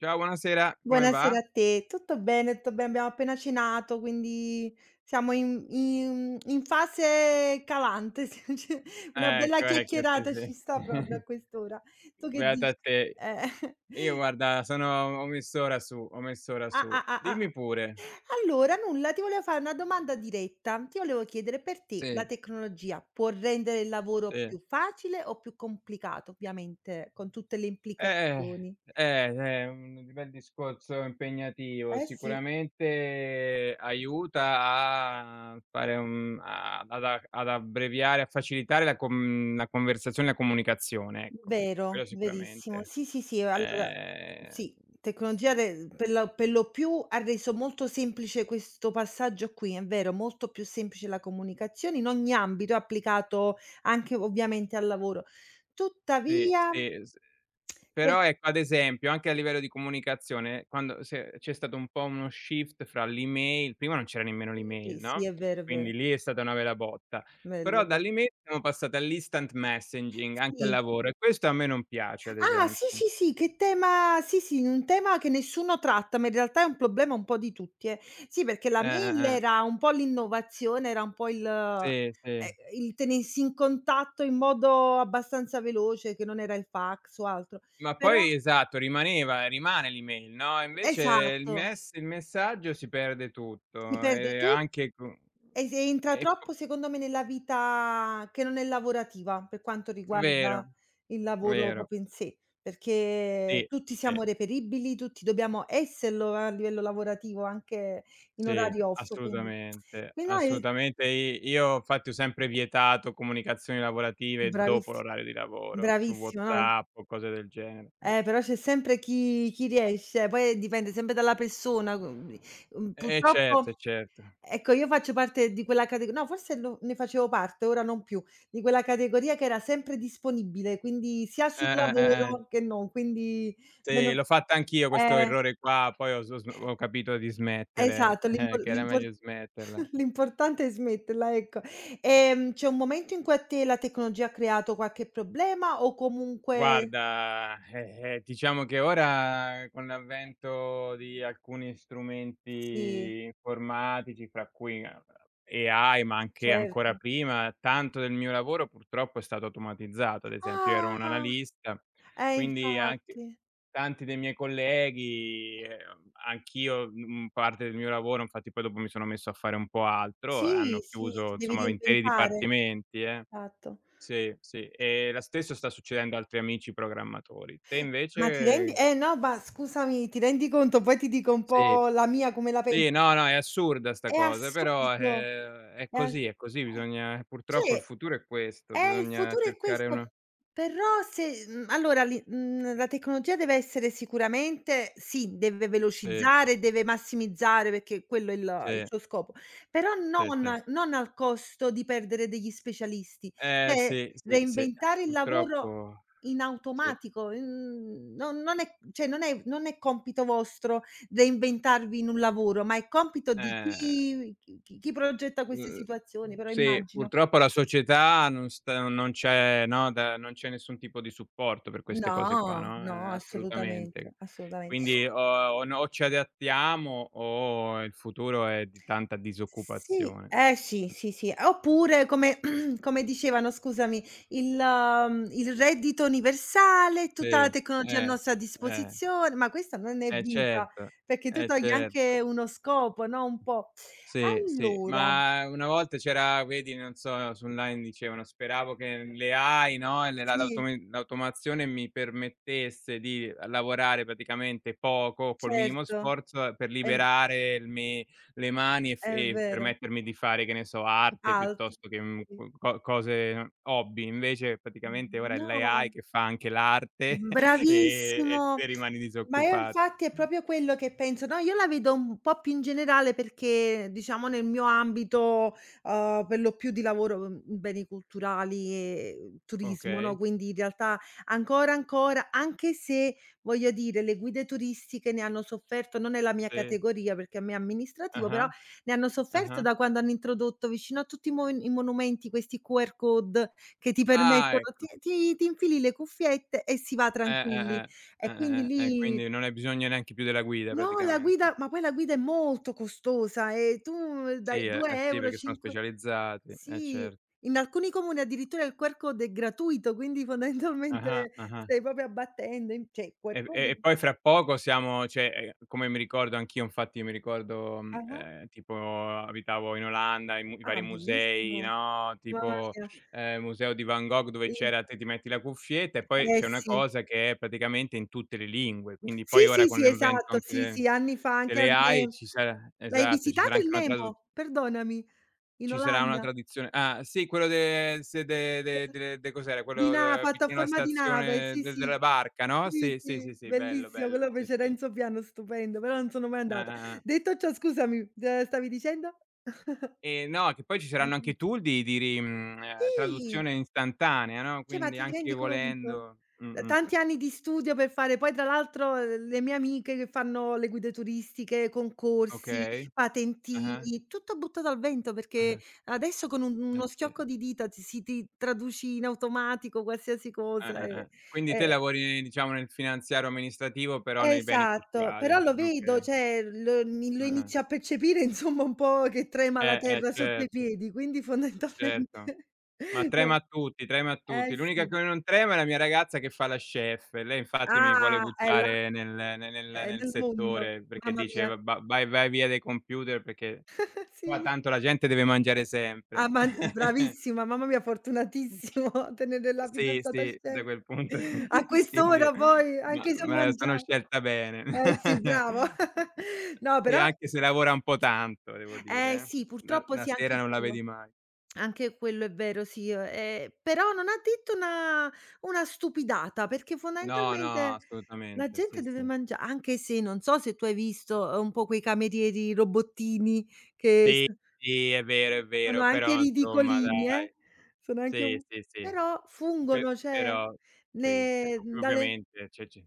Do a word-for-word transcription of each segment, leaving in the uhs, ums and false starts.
Ciao, buonasera, come va? Buonasera a te. Tutto bene, tutto bene, abbiamo appena cenato, quindi siamo in in in fase calante, sì, ce una bella Ecco, ecco, sì, chiacchierata ci sì. sta proprio a quest'ora. Tu che Beata dici? te. Eh. Io guarda sono ho messo ora su, ho messo ora Ah, su. ah, ah, Dimmi ah. pure. Allora nulla, ti volevo fare una domanda diretta. Ti volevo chiedere, per te la Sì, tecnologia può rendere il lavoro sì. più facile o più complicato? Ovviamente con tutte le Eh, implicazioni. eh, è un bel discorso impegnativo. Eh sì. Sicuramente aiuta a fare un a ad a ad abbreviare, a facilitare la com la conversazione, la comunicazione, ecco. Quello Vero, verissimo. sicuramente. Sì, sì, sì, allora Ehm, sì, tecnologia re per lo per lo più ha reso molto semplice questo passaggio qui, è vero, molto più semplice la comunicazione in ogni ambito, è applicato anche ovviamente al lavoro. sì, Tuttavia, sì, s per Però ecco, ad esempio, anche a livello di comunicazione, quando se c'è stato un po' uno shift fra l'email prima non c'era nemmeno l'email, sì, sì, no, è vero, è quindi vero. lì è stata una bella botta. Bello, Però bello. dall'email siamo passati all'instant messaging anche al Sì. lavoro e questo a me non piace ad Ah, sì, esempio. sì, sì, che tema sì, sì, un tema che nessuno tratta, ma in realtà è un problema un po' di tutti, eh. Sì, perché la Eh, mail eh, eh. era un po' l'innovazione, era un po' il ehm, Sì, sì. il tenersi in contatto in modo abbastanza veloce, che non era il fax o altro. Ma Però poi esatto, rimaneva rimane l'email, no, invece il esatto, mess il messaggio si perde si tutto perde e tu anche co e se entra e po troppo secondo me nella vita che non è lavorativa, per quanto vero, riguarda il lavoro vero. proprio in sé, perché Sì, tutti sì. siamo reperibili, tutti dobbiamo esserlo a livello lavorativo anche in Sì, orari off, quindi assolutamente, qui no è assolutamente. I io infatti ho sempre vietato comunicazioni lavorative dopo bravissi l'orario di lavoro, su bravissima, no, WhatsApp o cose del genere. eh, però c'è sempre chi chi riesce, poi dipende sempre dalla persona, uhm, Eh certo, eh purtroppo. certo. Ecco, io faccio parte di quella catego no, forse no ne facevo parte, ora non più, di quella categoria che era sempre disponibile, quindi sia Eh, sul eh, eh, eh. lavoro che non, quindi Sì, meno l'ho fatta anch'io questo eh, errore qua, poi ho s ho sm ho capito di smettere, esatto, l'impo eh, che era l'impor meglio smetterla. l'importante è smetterla, ecco. Ehm, c'è un momento in cui a te la tecnologia ha creato qualche problema o comunque Guarda, eh, eh, diciamo che ora con l'avvento di alcuni sì, strumenti informatici, fra cui eh, a AI, ma anche ancora certo. prima, tanto del mio lavoro purtroppo è stato automatizzato. Ad esempio, io ero un Ah! analista, Eh, quindi anche infatti. tanti dei miei colleghi, ehm, anch'io, mhmm, parte del mio lavoro infatti poi dopo mi sono messo a fare un po' altro, eh, Sì, hanno sì, chiuso ti devi insomma interi reinventare. dipartimenti, eh. Esatto. Sì, sì, e la stesso sta succedendo a altri amici programmatori. Te Ma ti rendi invece eh no, ma scusami, ti rendi conto? Poi ti dico un sì, po' la mia come la sì, penso. no, no, è assurda 'sta È cosa, però, assurdo, ehm, è è as così, è così, bisogna purtroppo cioè il futuro è questo, eh, il bisogna futuro è cercare questo, una però se mhmm, allora l'i mhmm, la tecnologia deve essere sicuramente sì, deve sì, velocizzare, deve massimizzare perché quello è il il sì, suo scopo, però sì, sì. non non al costo di perdere degli specialisti. Eh, Cioè, sì, sì, sì, reinventare il lavoro purtroppo in sì, automatico, mhmm, non non è cioè non è non è compito vostro reinventarvi in un lavoro, ma è compito di eh chi chi chi progetta queste Mh-mh. situazioni, però Sì, immagino. purtroppo la società non sta non c'è no, da non c'è nessun tipo di supporto per queste cose qua, No, no, ehm, no, assolutamente, assolutamente. assolutamente. Quindi o o no o ci adattiamo o il futuro è di tanta Sì, disoccupazione. eh sì, sì, sì. Oppure come come dicevano, scusami, il mhmm, il reddito universale, tutta la Sì, tecnologia a eh, nostra eh, disposizione, ma questa non è eh vita, certo, perché tu eh togli certo. anche uno scopo, no, un po'. Sì, sì, Allora ma una volta c'era vedi, non so, su online dicevano: "Speravo che le A I, no, e le la sì, l'autome l'automazione mi permettesse di lavorare praticamente poco, col minimo certo, sforzo, per è v liberare il me le mani e f è e vero, permettermi di fare, che ne so, arte alt piuttosto che, mhmm, sì. co co cose hobby." Invece praticamente ora è l'A I No, che fa anche l'arte e e bravissimo. te rimani Ma io disoccupato. infatti è proprio quello che penso, no, io la vedo un po' più in generale perché diciamo nel mio ambito, uhm, per lo più di lavoro, mhmm, beni culturali e turismo, no, Okay, quindi in realtà ancora, ancora anche se voglio dire le guide turistiche ne hanno sofferto, non è la mia sì. categoria perché a me è amministrativo, però Ah-ah, ne hanno ah-ah. Ah, sofferto ah. da quando hanno introdotto vicino a tutti i mo i monumenti questi Q R code che ti Ah, permettono ti ecco. ti ti infili le cuffiette e si va Eh, tranquilli. eh, eh. E quindi Eh, eh, eh. lì Quindi non hai bisogno neanche più della guida no, la guida praticamente. ma poi la guida è molto costosa e tu eh, dai Sì, eh, eh sì, due euro €, perché sono cinque specializzati, eh sì, cer in alcuni comuni addirittura il Q R code è gratuito, quindi Ah-ah, fondamentalmente ah-ah. stai proprio abbattendo in cioè il Q R E v e code e poi fra poco siamo cioè, ehm, come mi ricordo anch'io infatti mi ricordo, mhmm, ah-ah, ehm, tipo abitavo in Olanda, i mu i ah, vari musei, bellissimo, no, mamma tipo, mia, ehm, museo di Van Gogh dove il c'era te ti metti la cuffietta e poi eh c'è una sì. cosa che è praticamente in tutte le lingue, quindi Sì, poi ora sì, con sì, l'invento esatto, anche sì, de sì, anni fa anche al delle A I Ne ci sarà l'hai esatto, ci sarà visitato il anche una tradu Nemo? Perdonami, in Ci sarà una Olanda? tradizione ah, sì, quello de se de de de de cos'era? Di Quello na de fatto a vicino alla forma di nave, stazione sì, de sì. della barca, no? Sì, Sì, sì, sì, sì, sì, bello, bellissimo, bello, quello sì, fece sì. Renzo Piano, stupendo, però non sono mai Ah-ah, andata. ah. ah. Detto ciò, scusami, ehm, stavi dicendo? E no, che poi ci saranno anche tool di di ri mhmm, ehm, Sì, traduzione istantanea, no, cioè ma quindi ti anche rendi conto? volendo T mh-mh, tanti anni di studio per fare poi tra l'altro, uhm, le mie amiche che fanno le guide turistiche, concorsi, okay. Ah-ah, patentini, tutto buttato al vento perché ah-ah, adesso con un eh uno sì, schiocco di dita ti si ti traduci in automatico qualsiasi eh, cosa eh, e eh. Quindi te e lavori diciamo nel finanziario amministrativo, però nei beni esatto, però culturali, lo vedo, okay. cioè lo lo Ah-ah. inizio a percepire insomma un po' che trema la Eh, eh, terra sotto i certo, piedi, quindi certo. fondamentalmente Ma trema no a tutti, trema a tutti. eh L'unica sì. che non trema è la mia ragazza che fa la chef. Lei infatti mi vuole Ah, è là buttare nel ne nel è nel nel mondo. settore perché Mamma dice: mia. "Va va vai vai via dai computer perché qua Sì. tanto la gente deve mangiare sempre." Ah, ma bravissima, mamma mia fortunatissimo a tenere la Sì, fidanzata sì, da scema. quel punto A sì, di quest'ora poi, ma anche se ho me la mangia sono scelta bene. eh sì, bravo. No, Sì, però anche se lavora un po' tanto devo eh dire, eh. sì, La purtroppo la sì, sera anche non la quello. vedi mai. Anche quello è vero, sì, ehm, però non ha detto una una stupidata, perché No, no, fondamentalmente la assolutamente. Sì, gente deve sì. mangia anche se non so se tu hai visto, ehm, un po' quei camerieri robottini che s Sì, sì, è vero, è sono vero, anche però insomma ridicolini, eh, dai. sono anche Sì, un sì, sì. però Pe fungono, cioè però sì, cioè ne o dalle ovviamente c'è c'è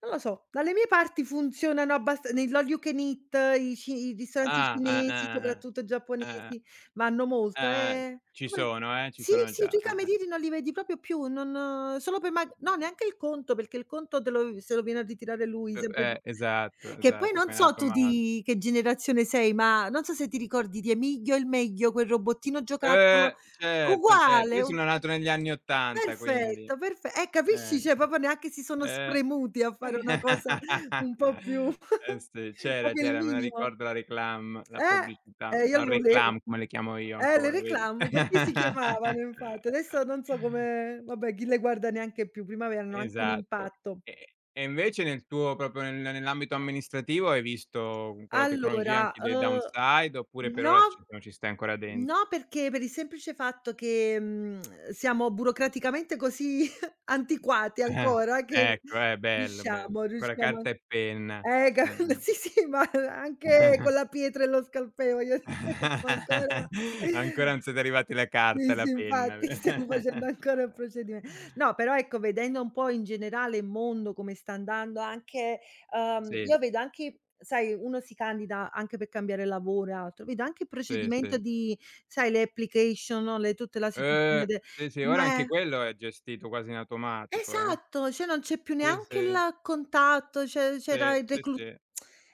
non lo so, dalle mie parti funzionano abbast negli all you can eat, i ci i ristoranti ah, ah, cinesi, ah, soprattutto ah, ah, giapponesi, vanno molto, ah, ah, ehm, ci come sono, eh, ci sì, sono sì, già. tu i Ah, ah. camerieri non li vedi proprio più, non solo per ma no, neanche il conto, perché il conto te lo se lo viene a ritirare lui, U sempre lui. eh, esatto, Che poi esatto, non fai in so tu automat di che generazione sei, ma non so se ti ricordi di Emilio il meglio, quel robottino giocattolo eh, certo, certo. uguale, Io u sono nato negli anni 'ottanta quindi perfetto, perfe eh, capisci, eh, cioè proprio neanche si sono eh. spremuti a fare una cosa un po' più Eh sì, c'era, proprio il c'era, me la minimo. ricordo la réclame, la Eh, pubblicità, eh, io la lo volevo. réclame come le chiamo io Eh, le ancora, vedi? reclamo, così si chiamavano infatti. Adesso non so come vabbè, chi le guarda neanche più, prima avevano anche un Esatto. impatto. E e invece nel tuo proprio nel nell'ambito amministrativo hai visto con la tecnologia Allora, anche dei uhm, downside oppure per ora no, ci non ci stai ancora dent no perché per il semplice fatto che, mhmm, siamo burocraticamente così antiquati Eh, ancora che ecco, eh, bello, bello. riusciamo Con la riusciamo a carta e penna. eh, ca Eh-eh. sì, sì, ma anche con la pietra e lo scalpello, voglio dire, sto ancora Ancora non siete arrivati alla carta sì, e alla sì, penna. infatti stiamo facendo ancora il procedime no, però ecco, vedendo un po' in generale il mondo come sta andando anche uhm, Sì, io vedo anche sai, uno si candida anche per cambiare lavoro e altro, vedo anche il sì, procedimento sì. di sai, le application, no, le tutta la situazione Uhm, de sì, sì, ora ma anche è- quello è gestito quasi in automatico, eh. esatto, cioè non c'è più Sì, neanche sì, il contatto, c'è c'era sì, il sì, reclu sì.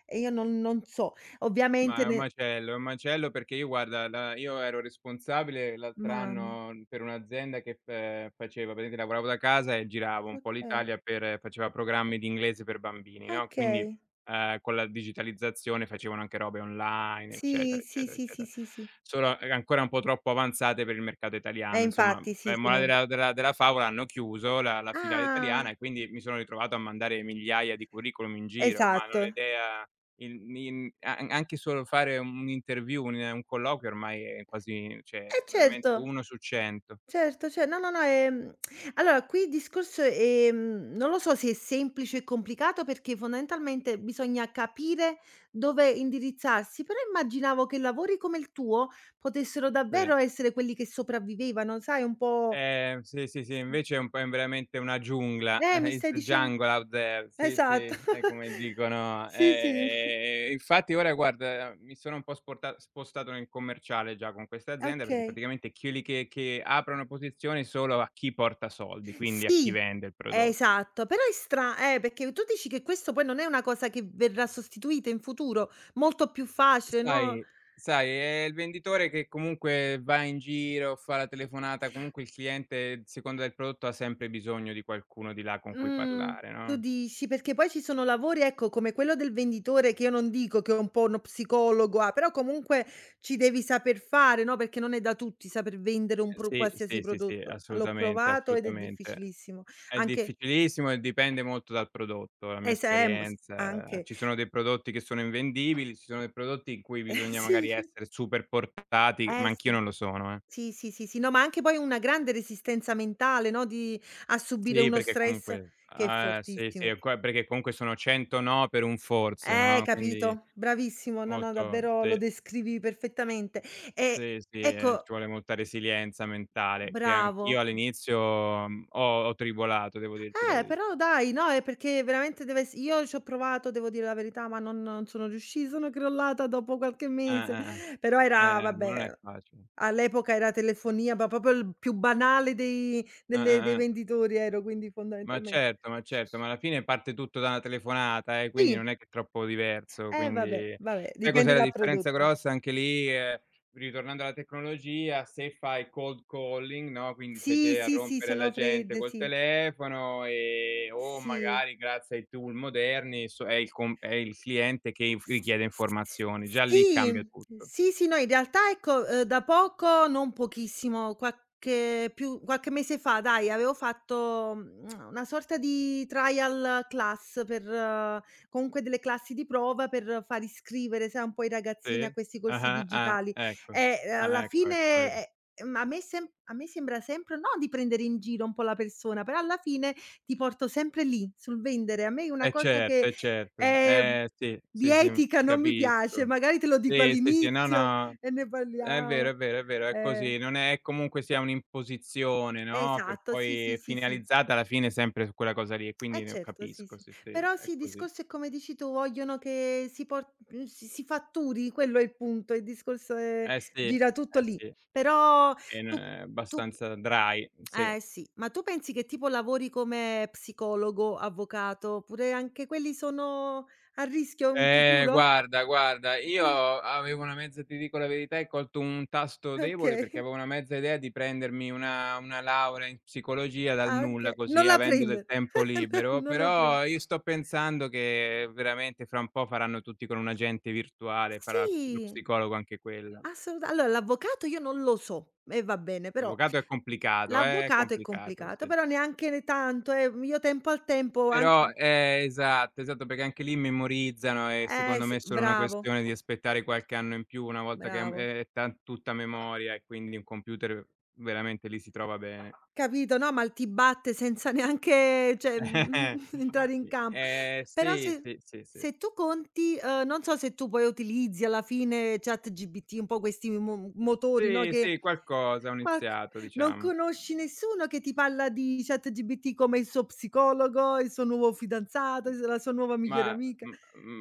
e io non non so. Ovviamente Ma è un ne macello, è un macello perché io guarda, la io ero responsabile l'altr mamma, anno mhmm, per un'azienda che f faceva praticamente lavoravo da casa e giravo un po' okay, l'Italia per faceva programmi di inglese per bambini, no, quindi, okay. ehm, con la digitalizzazione facevano anche robe online, Sì, eccetera, sì, eccetera, sì, sì, eccetera. sì, sì. Solo e ancora un po' troppo avanzate per il mercato Eh italiano, insomma, infatti sì, ehm, sì, morale no. della della della favola hanno chiuso la la filiale Ah, italiana e quindi mi sono ritrovato a mandare migliaia di curriculum in giro, ma non ho esatto. idea in in a an anche solo fare un'interview, un un colloquio ormai è quasi cioè E veramente certo. uno su cento. Certo, ce no, no, no, ehm, allora qui il discorso, ehm, non lo so se è semplice e complicato perché fondamentalmente bisogna capire dove indirizzarsi, però immaginavo che lavori come il tuo potessero Sì. davvero essere quelli che sopravvivevano, sai un po' Eh, sì, sì, sì, s invece è un po' in veramente una giungla, eh, mi eh, stai it's dicen jungle out there. Sì, esatto. sì, è come dicono. Sì, sì, Ehm, infatti ora guarda, mi sono un po' sporta spostato nel commerciale già con questa azienda, perché okay. praticamente quelli che che aprono posizioni solo a chi porta soldi, quindi a chi Sì, vende il prodotto. esatto, però è stra eh, perché tu dici che questo poi non è una cosa che verrà sostituita in futuro, molto più facile, no? Sai sai, è il venditore che comunque va in giro, fa la telefonata, comunque il cliente, secondo del prodotto, ha sempre bisogno di qualcuno di là con cui Mh. parlare, Tu no? dici perché poi ci sono lavori, ecco, come quello del venditore, che io non dico che è un po' uno psicologo, ah, però comunque ci devi saper fare, no, perché non è da tutti saper vendere un Eh, pro sì, qualsiasi sì, sì, sì, prodotto. L'ho assolutamente, provato ed è assolutamente. difficilissimo. È Anche difficilissimo e dipende molto dal prodotto, la mia es ehm, s eh, mos esperienza. anche Ci sono dei prodotti che sono invendibili, ci sono dei prodotti in cui bisogna sì, magari essere super portati, eh ma anch'io sì. non lo sono, eh. Sì, sì, sì, sì. No, ma anche poi una grande resistenza mentale, no, di a subire Sì, uno perché stress comunque che è ah, sì, sì, fortissimo. e qua perché comunque sono cento no per un forse, Eh, no, quindi capito, bravissimo. No, no, molto davvero lo sì, descrivi perfettamente. E sì, sì, ehm, ci ecco vuole molta resilienza mentale, che bravo. anch'io all'inizio, mhmm, ho ho tribolato, devo dirti la Eh, veri però dai, no, è perché veramente deve ess io ci ho provato, devo dire la verità, ma non non sono riusci sono crollata dopo qualche Eh, mese. eh, eh. Però era Eh, eh, ma non è vabbè, facile. all'epoca era telefonia, ma proprio il più banale dei Eh, delle dei eh, eh. venditori ero, quindi Ma fondamentalmen certo, ma certo, ma alla fine parte tutto da una telefonata, eh, quindi sì, non è che è troppo diverso, eh vabbè, quindi vabbè, sai dipende cos'è la dal differenza prodotto. grossa? Anche lì, ehm, ritornando alla tecnologia, se fai cold calling, no, quindi sei Sì, te a sì, sì, rompere sono alla gente fredde, col sì. telefono, ehm, o Sì. magari grazie ai tool moderni so è il com è il cliente che inf S richiede informazioni, già lì cambia sì, tutto. sì, sì, no, in realtà ecco, uhm, da poco, non pochissimo, qualche più qualche mese fa dai, avevo fatto, mhmm, una sorta di trial class per eh, comunque delle classi di prova per far iscrivere, sai, un po' i ragazzini a Sì. questi corsi Ah-ah, ah, digitali ah, ecco. e, uhm, alla Ah, ecco, ecco, vedi. fine, ehm, ma a me sem a me sembra sempre no di prendere in giro un po' la persona, però alla fine ti porto sempre lì, sul vendere. A me è una Eh cosa che, certo, eh certo. ehm Eh sì, di sì, sì, mhmm, etica ti non mi piace, capisco. magari te lo dico Sì, sì, sì, no, all'inizio no, e ne è vero, parliamo. è vero, è vero, è Eh, così. Non è comunque sia un'imposizione, no, per esatto, sì, sì, poi sì, sì. finalizzata alla fine sempre su quella cosa lì e quindi Eh ne certo, sì, sì. capisco, sì, sì, Però sì, è il così. discorso è come dici tu, vogliono che si por mhmm, si si fatturi, quello è il punto, il discorso è Eh sì, eh gira tutto lì. sì, Però è n tu tu abbastanza dry, sì. eh sì, ma tu pensi che tipo lavori come psicologo, avvocato, oppure anche quelli sono a rischio in Eh, futuro? guarda, guarda, io Eh, avevo una mezza ti dico la verità, hai colto un tasto debole perché okay. avevo una mezza idea di prendermi una una laurea in psicologia dal Ah nulla, okay, non così, la avendo prende. del tempo libero, Non la pren però io sto pensando che veramente fra un po' faranno tutti con un agente virtuale, farà ps lo sì, psicologo anche quella. assoluta allora l'avvocato io non lo so e va bene, però L'avvocato è complicato, eh, è l'avvocato è complicato, complicato, sì. però neanche ne tanto, eh, io tempo al tempo anche Però eh, esatto, esatto, perché anche lì memorizzano e eh secondo sì, me è solo una bravo, questione di aspettare qualche anno in più una volta che è bravo. è tan tutta memoria e quindi un computer veramente lì si trova bene. Capito, no, ma il ti batte senza neanche cioè, mhmm, entrare in campo. Eh Però sì, se sì, sì, sì. se tu conti, uhm, non so se tu poi utilizzi alla fine ChatGPT, un po' questi mo motori, no, Sì, che sì, qualcosa ho qua iniziato non diciamo. conosci nessuno che ti parla di ChatGPT come il suo psicologo, il suo nuovo fidanzato, il s la sua nuova migliore Ma amica? m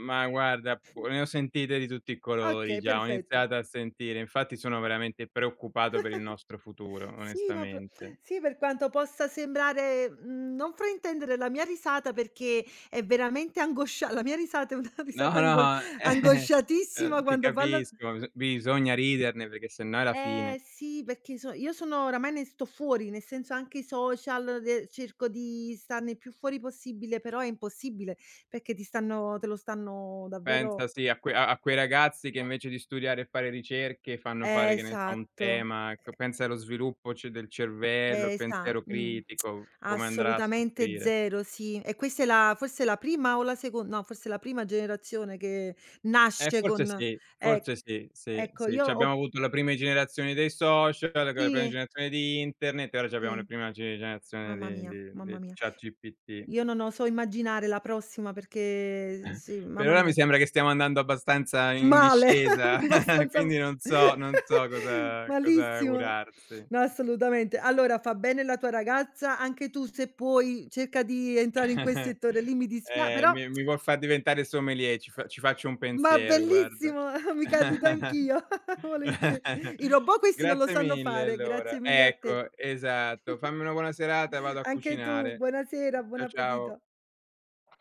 ma guarda, boh, ne ho sentite di tutti i colori Okay, già, ho perfetto. iniziato a sentire, infatti sono veramente preoccupato per il nostro futuro, Sì, ma p onestamente. sì, per quanto possa sembrare mhmm, non fraintendere la mia risata perché è veramente angoscia la mia risata è una No, risata ango no, eh, angosciatissima uhm, ti quando parla capisco, bis bisogna riderne perché sennò è la fine. eh sì, perché so io sono oramai ne sto fuori, nel senso anche i social de cerco di starne più fuori possibile, però è impossibile perché ti stanno te lo stanno davvero Pensa sì a que a a quei ragazzi che invece di studiare e fare ricerche fanno eh, fare, che ne so, un esatto, tema, ecco, pensa allo sviluppo ce del cervello, il esa pensiero mh, critico, come andrà a assolutamente soffrire. zero, sì. E questa è la forse la prima o la secon no, forse la prima generazione che Eh, nasce forse con sì, e forse sì, sì, ecco, sì. io C'abbiamo ho avuto la prime generazioni dei social, poi la prima sì, generazione di internet e ora c'abbiamo la sì, prima ge generazione mamma di mia, di mamma di mia. ChatGPT. Io non oso immaginare la prossima perché sì, Per mamma ora mi mia. sembra che stiamo andando abbastanza in Male, discesa, abbastanza quindi non so non so cosa cosa malissimo. augurarsi. No, assolutamente. Allora fa bene la tua ragazza, anche tu se puoi cerca di entrare in quel settore lì, mi dispia Ehm, però mi mi vuol far diventare sommelier, ci fa ci faccio un ma pensiero guarda. bellissimo, mi candido anch'io, volentieri. I robot questi non lo Grazie sanno mille fare, allora. grazie mille a te. Ecco, esatto. Fammi una buona serata e vado a Anche tu, cucinare. buonasera, buon Ciao, ciao. appetito.